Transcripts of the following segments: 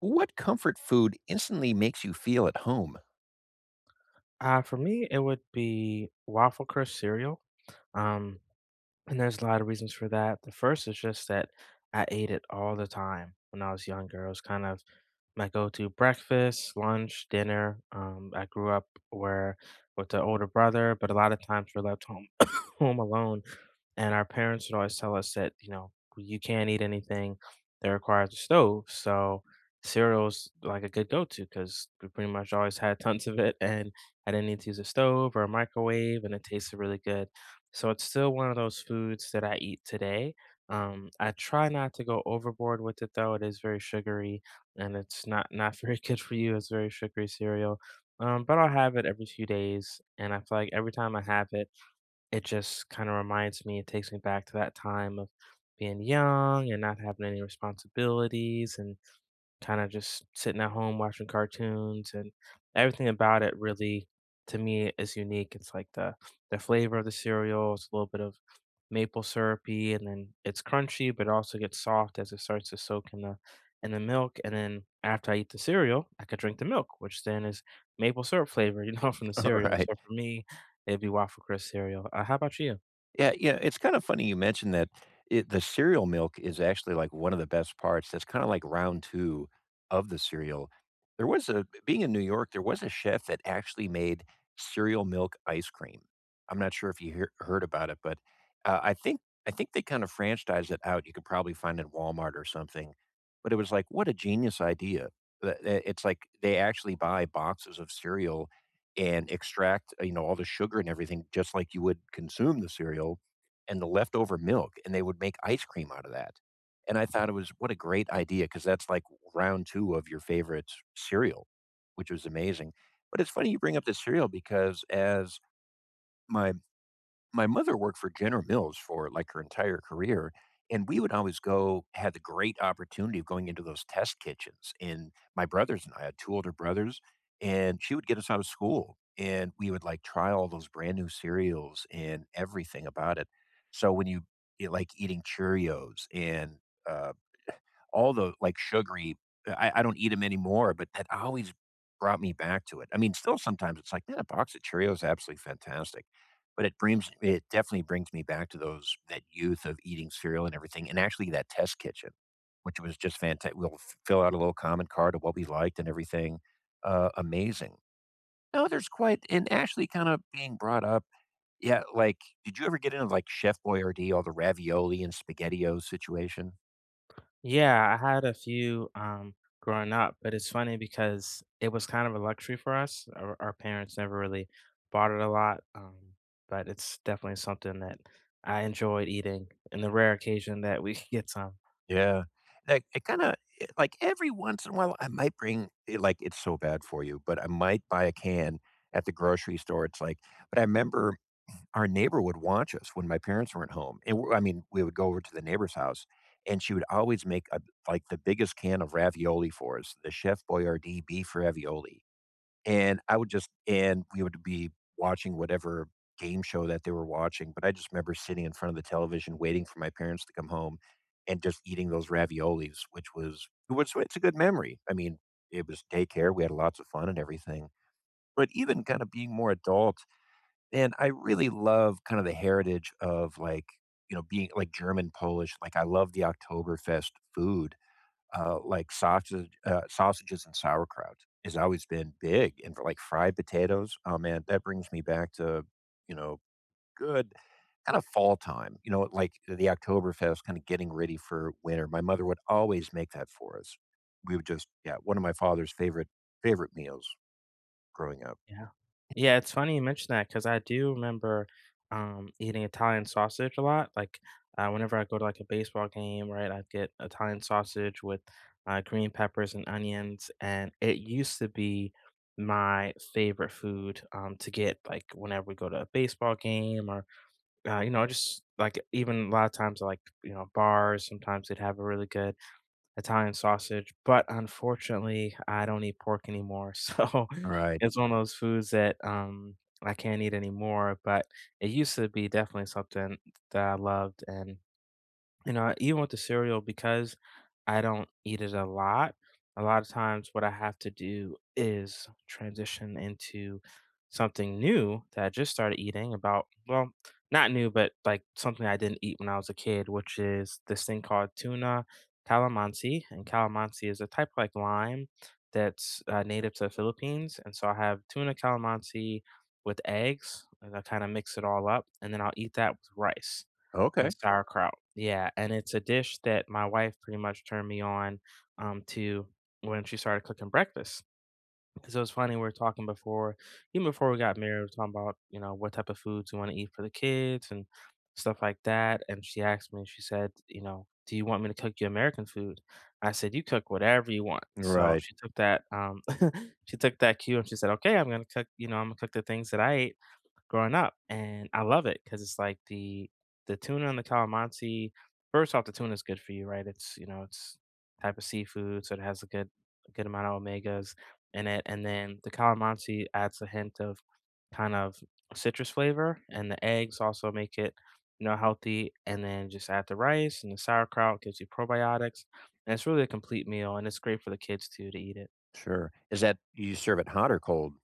What comfort food instantly makes you feel at home? For me, it would be waffle crisp cereal. Um, and there's a lot of reasons for that. The first is just that I ate it all the time when I was younger. It was kind of I go to breakfast, lunch, dinner. I grew up where with an older brother, but a lot of times we're left home home alone, and our parents would always tell us that you know you can't eat anything that requires a stove. So cereal's like a good go-to because we pretty much always had tons of it, and I didn't need to use a stove or a microwave, and it tasted really good. So it's still one of those foods that I eat today. I try not to go overboard with it though; it is very sugary and it's not not very good for you. It's very sugary cereal. But I'll have it every few days, and I feel like every time I have it, it just kind of reminds me. It takes me back to that time of being young and not having any responsibilities, and kind of just sitting at home watching cartoons, and everything about it really to me is unique. It's like the flavor of the cereal. It's a little bit of maple syrupy and then it's crunchy but it also gets soft as it starts to soak in the milk, and then after I eat the cereal, I could drink the milk, which then is maple syrup flavor, you know, from the All cereal. right. So for me, it'd be waffle crisp cereal. How about you? Yeah, it's kind of funny you mentioned that the cereal milk is actually like one of the best parts. That's kind of like round two of the cereal. There was being in New York, there was a chef that actually made cereal milk ice cream. I'm not sure if you heard about it, but uh, I think I think they kind of franchised it out. You could probably find it at Walmart or something. But it was like, what a genius idea! It's like they actually buy boxes of cereal and extract, you know, all the sugar and everything just like you would consume the cereal and the leftover milk, and they would make ice cream out of that. And I thought it was what a great idea because that's like round two of your favorite cereal, which was amazing. But it's funny you bring up the cereal because as my my mother worked for General Mills for like her entire career. And we would always had the great opportunity of going into those test kitchens. And my brothers and I had two older brothers, and she would get us out of school. And we would like try all those brand new cereals and everything about it. So when you like eating Cheerios and uh, all the, like, sugary I don't eat them anymore, but that always brought me back to it. I mean, still sometimes it's like, "Man, a box of Cheerios absolutely fantastic," but it definitely brings me back to those that youth of eating cereal and everything, and actually that test kitchen, which was just fantastic. We'll f fill out a little comment card of what we liked and everything, amazing. No, there's quite and actually kinda being brought up, yeah, like, did you ever get into, like, Chef Boyardee, all the ravioli and SpaghettiOs situation? Yeah, I had a few growing up, but it's funny because it was kind of a luxury for us. Our parents never really bought it a lot, but it's definitely something that I enjoyed eating in the rare occasion that we get some. Yeah. Like, it like, every once in a while, I might bring it like, it's so bad for you, but I might buy a can at the grocery store. It's like, but I remember our neighbor would watch us when my parents weren't home, and I mean, we would go over to the neighbor's house, and she would always make, like, the biggest can of ravioli for us, the Chef Boyardee beef ravioli. And I would just and we would be watching whatever game show that they were watching, but I just remember sitting in front of the television waiting for my parents to come home and just eating those raviolis, which was it's a good memory. I mean, it was daycare, we had lots of fun and everything. But even kind of being more adult, and I really love kind of the heritage of like, you know, being like German, Polish, like I love the Oktoberfest food, like sausage, sausages and sauerkraut has always been big, and for like fried potatoes, oh man, that brings me back to, you know, good kind of fall time, you know, like the Oktoberfest, kind of getting ready for winter. My mother would always make that for us. We would just, yeah, one of my father's favorite meals growing up. Yeah. Yeah, it's funny you mention that because I do remember, eating Italian sausage a lot, like, whenever I go to, like, a baseball game, right, I'd get Italian sausage with, green peppers and onions, and it used to be my favorite food, to get, like, whenever we go to a baseball game or, you know, just, like, even a lot of times, like, you know, bars, sometimes they'd have a really good Italian sausage, but unfortunately, I don't eat pork anymore, so Right. it's one of those foods that, I can't eat anymore, but it used to be definitely something that I loved, and you know, even with the cereal, because I don't eat it a lot of times what I have to do is transition into something new that I just started eating about, well, not new, but like something I didn't eat when I was a kid, which is this thing called tuna calamansi. And calamansi is a type of like lime that's native to the Philippines. And so I have tuna calamansi with eggs, and I kind of mix it all up, and then I'll eat that with rice. And Okay. sauerkraut, yeah, and it's a dish that my wife pretty much turned me on, to when she started cooking breakfast. Because it was funny, we were talking before even before we got married, we were talking about, you know, what type of foods we wanna eat for the kids and stuff like that, and she asked me, she said, you know, "Do you want me to cook you American food?" I said, "You cook whatever you want." So Right. she took that, she took that cue and she said, "Okay, I'm gonna cook, you know, Imma cook the things that I ate" growing up, and I love it because it's like the tuna and the calamansi first off, the tuna is good for you, right? It's, you know, it's type of seafood, so it has a good amount of omegas in it, and then the calamansi adds a hint of kind of citrus flavor, and the eggs also make it, you know, healthy, and then just add the rice and the sauerkraut, gives you probiotics, and it's really a complete meal, and it's great for the kids too to eat it. Sure. Is that, you serve it hot or cold?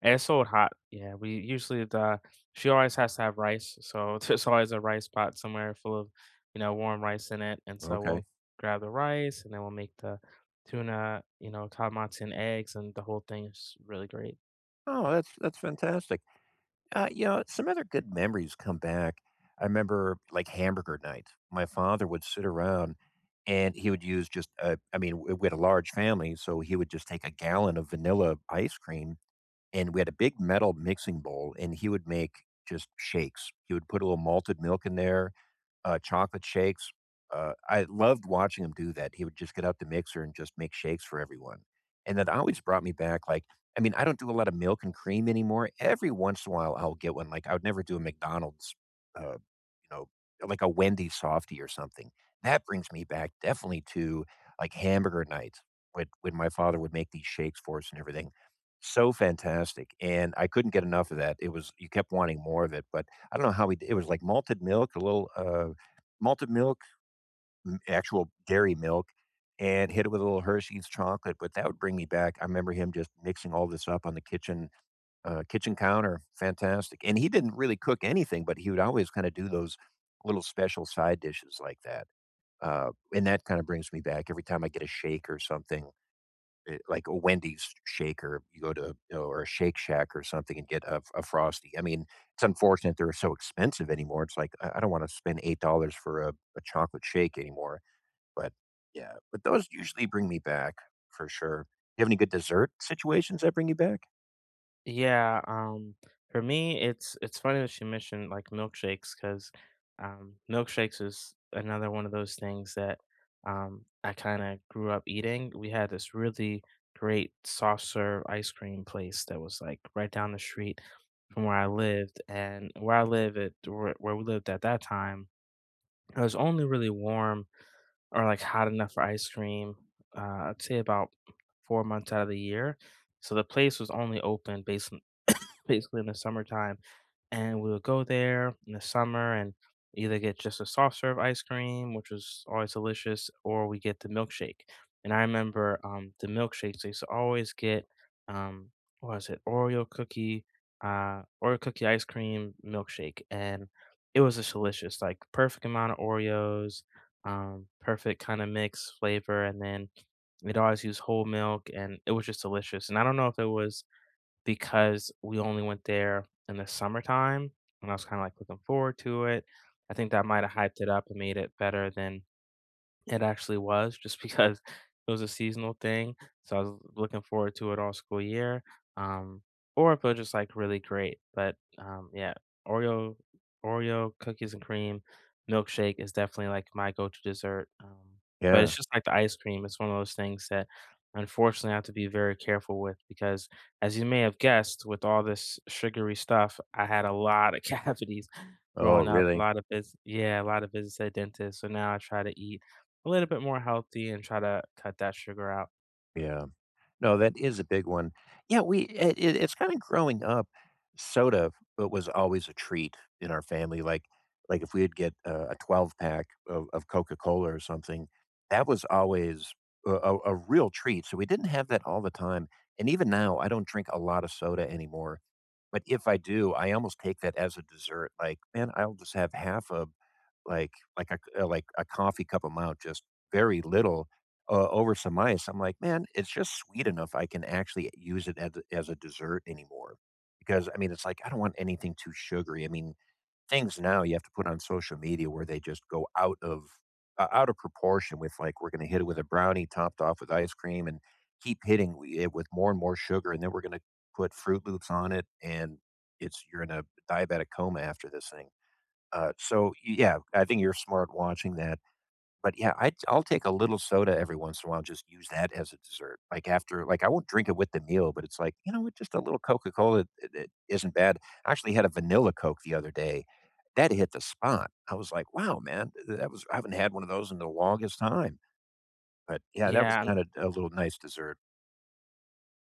And it's so hot. Yeah, we usually the she always has to have rice, so there's always a rice pot somewhere full of, you know, warm rice in it, and so Okay. we'll grab the rice, and then we'll make the tuna, you know, kamatsu and eggs, and the whole thing is really great. Oh, that's fantastic. You know, some other good memories come back. I remember like hamburger night. My father would sit around and he would use just, I mean, we had a large family, so he would just take a gallon of vanilla ice cream, and we had a big metal mixing bowl and he would make just shakes. He would put a little malted milk in there, chocolate shakes. I loved watching him do that. He would just get out the mixer and just make shakes for everyone. And that always brought me back. Like, I mean, I don't do a lot of milk and cream anymore. Every once in a while, I'll get one. Like, I would never do a McDonald's, you know, like a Wendy's softie or something. That brings me back definitely to like hamburger nights when, my father would make these shakes for us and everything. So fantastic. And I couldn't get enough of that. It was, you kept wanting more of it, but I don't know how it was like malted milk, a little, malted milk, actual dairy milk, and hit it with a little Hershey's chocolate. But that would bring me back. I remember him just mixing all this up on the kitchen, kitchen counter. Fantastic. And he didn't really cook anything, but he would always kind of do those little special side dishes like that. And that kind of brings me back every time I get a shake or something, like a Wendy's shaker, you go to, you know, or a Shake Shack or something and get a Frosty. I mean, it's unfortunate they're so expensive anymore. It's like, I don't want to spend $8 for a chocolate shake anymore. But yeah, but those usually bring me back for sure. You have any good dessert situations that bring you back? Yeah, for me, it's funny that you mentioned like milkshakes because milkshakes is another one of those things that I kind of grew up eating. We had this really great soft serve ice cream place that was like right down the street from where I lived, and where I live at where we lived at that time, it was only really warm or like hot enough for ice cream. I'd say about 4 months out of the year. So the place was only open basically in the summertime. And we would go there in the summer and either get just a soft serve ice cream, which was always delicious, or we get the milkshake. And I remember the milkshakes, they used to always get, um, what was it, Oreo cookie, Oreo cookie ice cream milkshake. And it was just delicious, like perfect amount of Oreos, perfect kind of mix flavor. And then they'd always use whole milk and it was just delicious. And I don't know if it was because we only went there in the summertime, and I was kinda, like, looking forward to it. I think that might have hyped it up and made it better than it actually was just because it was a seasonal thing, so I was looking forward to it all school year, um, or if it was just, like, really great, but, yeah, Oreo Oreo cookies and cream milkshake is definitely, like, my go-to dessert, but Yeah. it's just like the ice cream, it's one of those things that unfortunately I have to be very careful with because as you may have guessed, with all this sugary stuff, I had a lot of cavities Oh, growing up, a really? lot of vis yeah, a lot of visits to the dentist, so now I try to eat a little bit more healthy and try to cut that sugar out. Yeah. No, that is a big one. Yeah, we it's kind of growing up. Soda but was always a treat in our family. Like if we'd get a 12 pack of Coca Cola or something, that was always a real treat. So we didn't have that all the time. And even now, I don't drink a lot of soda anymore. But if I do, I almost take that as a dessert. Like, man, I'll just have half a like like like a coffee cup amount, just very little, over some ice, I'm like, "Man, it's just sweet enough I can actually use it as a dessert anymore." Because, I mean, it's like, I don't want anything too sugary. I mean, things now you have to put on social media where they just go out of o out of proportion with, like, we're gonna hit it with a brownie topped off with ice cream and keep hitting wi it with more and more sugar, and then we're gonna put Fruit Loops on it, and it's you're in a diabetic coma after this thing. So, y yeah, I think you're smart watching that. But yeah, I'll take a little soda every once in a while, just use that as a dessert. Like after like I won't drink it with the meal, but it's like, you know, just a little Coca-Cola, it isn't bad. I actually had a vanilla Coke the other day. That hit the spot. I was like, wow, man, that was I haven't had one of those in the longest time. But yeah, that was Yeah, kind of a little nice dessert.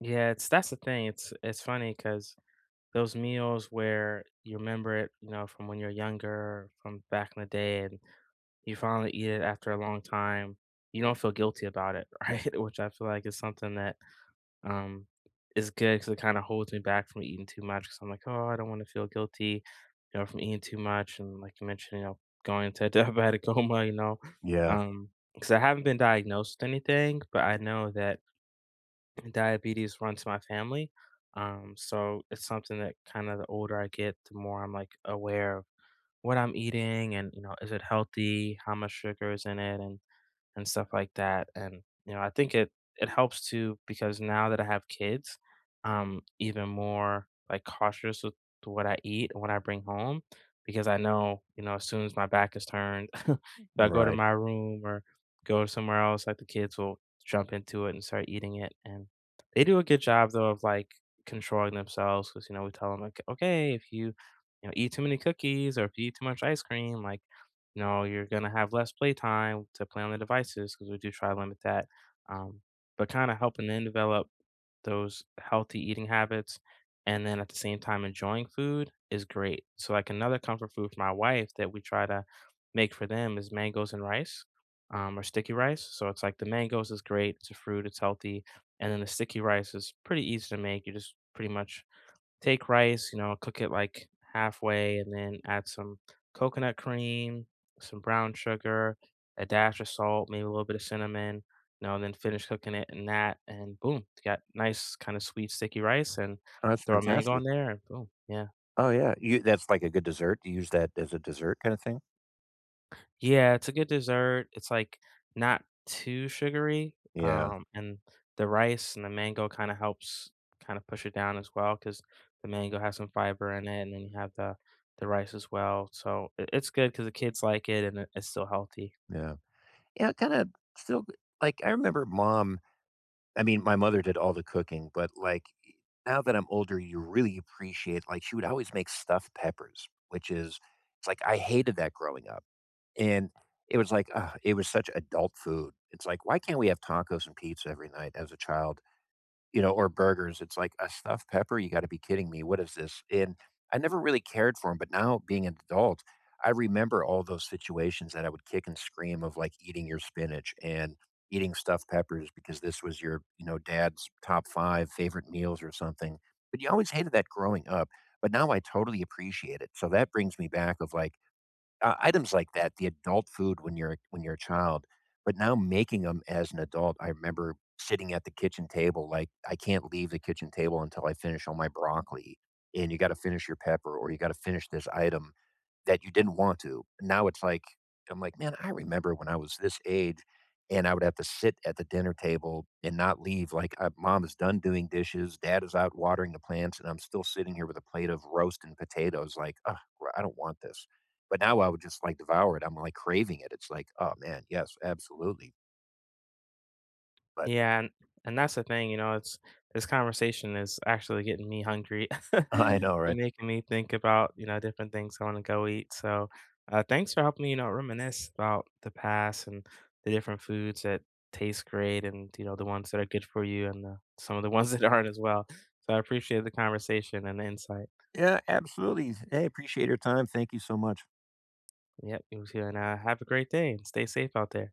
yeah, it's that's the thing, it's funny because those meals where you remember it, you know, from when you're younger, from back in the day, and you finally eat it after a long time, you don't feel guilty about it, right? Which I feel like is something that Um, is good because it kinda holds me back from eating too much. Because 'cause I'm like, "Oh, I don't wanna feel guilty, you know, from eating too much," and like you mentioned, you know, going into a diabetic coma, you know? Yeah, Because I haven't been diagnosed with anything, but I know that diabetes runs my family, so it's something that kinda the older I get, the more I'm, like, aware of what I'm eating and, you know, is it healthy, how much sugar is in it, and stuff like that. And you know, I think it helps too because now that I have kids, I'm even more like cautious with what I eat and what I bring home because I know you know as soon as my back is turned, if I go to right. my room or go somewhere else, like the kids will jump into it and start eating it. And they do a good job though of like controlling themselves because you know we tell them like, okay, if you you know eat too many cookies or if you eat too much ice cream, like no, you're gonna have less play time to play on the devices because we do try to limit that, um, but kinda helping them develop those healthy eating habits and then at the same time enjoying food is great. So, like, another comfort food for my wife that we try to make for them is mangoes and rice, or sticky rice. So, it's like the mangoes is great, it's a fruit, it's healthy, and then the sticky rice is pretty easy to make. You just pretty much take rice, you know, cook it like halfway and then add some coconut cream, some brown sugar, a dash of salt, maybe a little bit of cinnamon, you know, and then finish cooking it in that and boom, you got nice kind of sweet sticky rice and Oh, that's throw a mango on fantastic. there and boom. Yeah. Oh yeah, you that's like a good dessert. You use that as a dessert kind of thing. Yeah, it's a good dessert. It's, like, not too sugary, Yeah, and the rice and the mango kinda helps kinda push it down as well. Because the mango has some fiber in it, and then you have the rice as well, so I it's good because the kids like it and it's still healthy. yeah, yeah. Kind of still like I remember mom. I mean, my mother did all the cooking, but, like, e now that I'm older, you really appreciate like, she would always make stuffed peppers, which is it's like, I hated that growing up, and it was like, ugh, it was such adult food. It's like, why can't we have tacos and pizza every night as a child? You know, or burgers. It's like a stuffed pepper. You got to be kidding me. What is this? And I never really cared for them, but now being an adult, I remember all those situations that I would kick and scream of like eating your spinach and eating stuffed peppers because this was your, you know, dad's top 5 favorite meals or something. But you always hated that growing up. But now I totally appreciate it. So that brings me back of like, items like that, the adult food when you're a child, but now making them as an adult, I remember sitting at the kitchen table, like, I can't leave the kitchen table until I finish all my broccoli, and you gotta finish your pepper, or you gotta finish this item, that you didn't want to. Now it's like I'm like, "Man, I remember when I was this age, and I would have to sit at the dinner table and not leave, like, mom is done doing dishes, dad is out watering the plants, and I'm still sitting here with a plate of roast and potatoes, like, oh, I don't want this." But now I would just, like, devour it, I'm, like, craving it, it's like, "Oh, man, yes, absolutely." But Yeah, and that's the thing, you know, it's this conversation is actually getting me hungry I and know, right? making me think about, you know, different things I want to go eat. So, thanks for helping me, you know, reminisce about the past and the different foods that taste great and, you know, the ones that are good for you and the, some of the ones that aren't as well. So I appreciate the conversation and the insight. Yeah, absolutely. Hey, appreciate your time, thank you so much. Yep, you too. And have a great day and stay safe out there.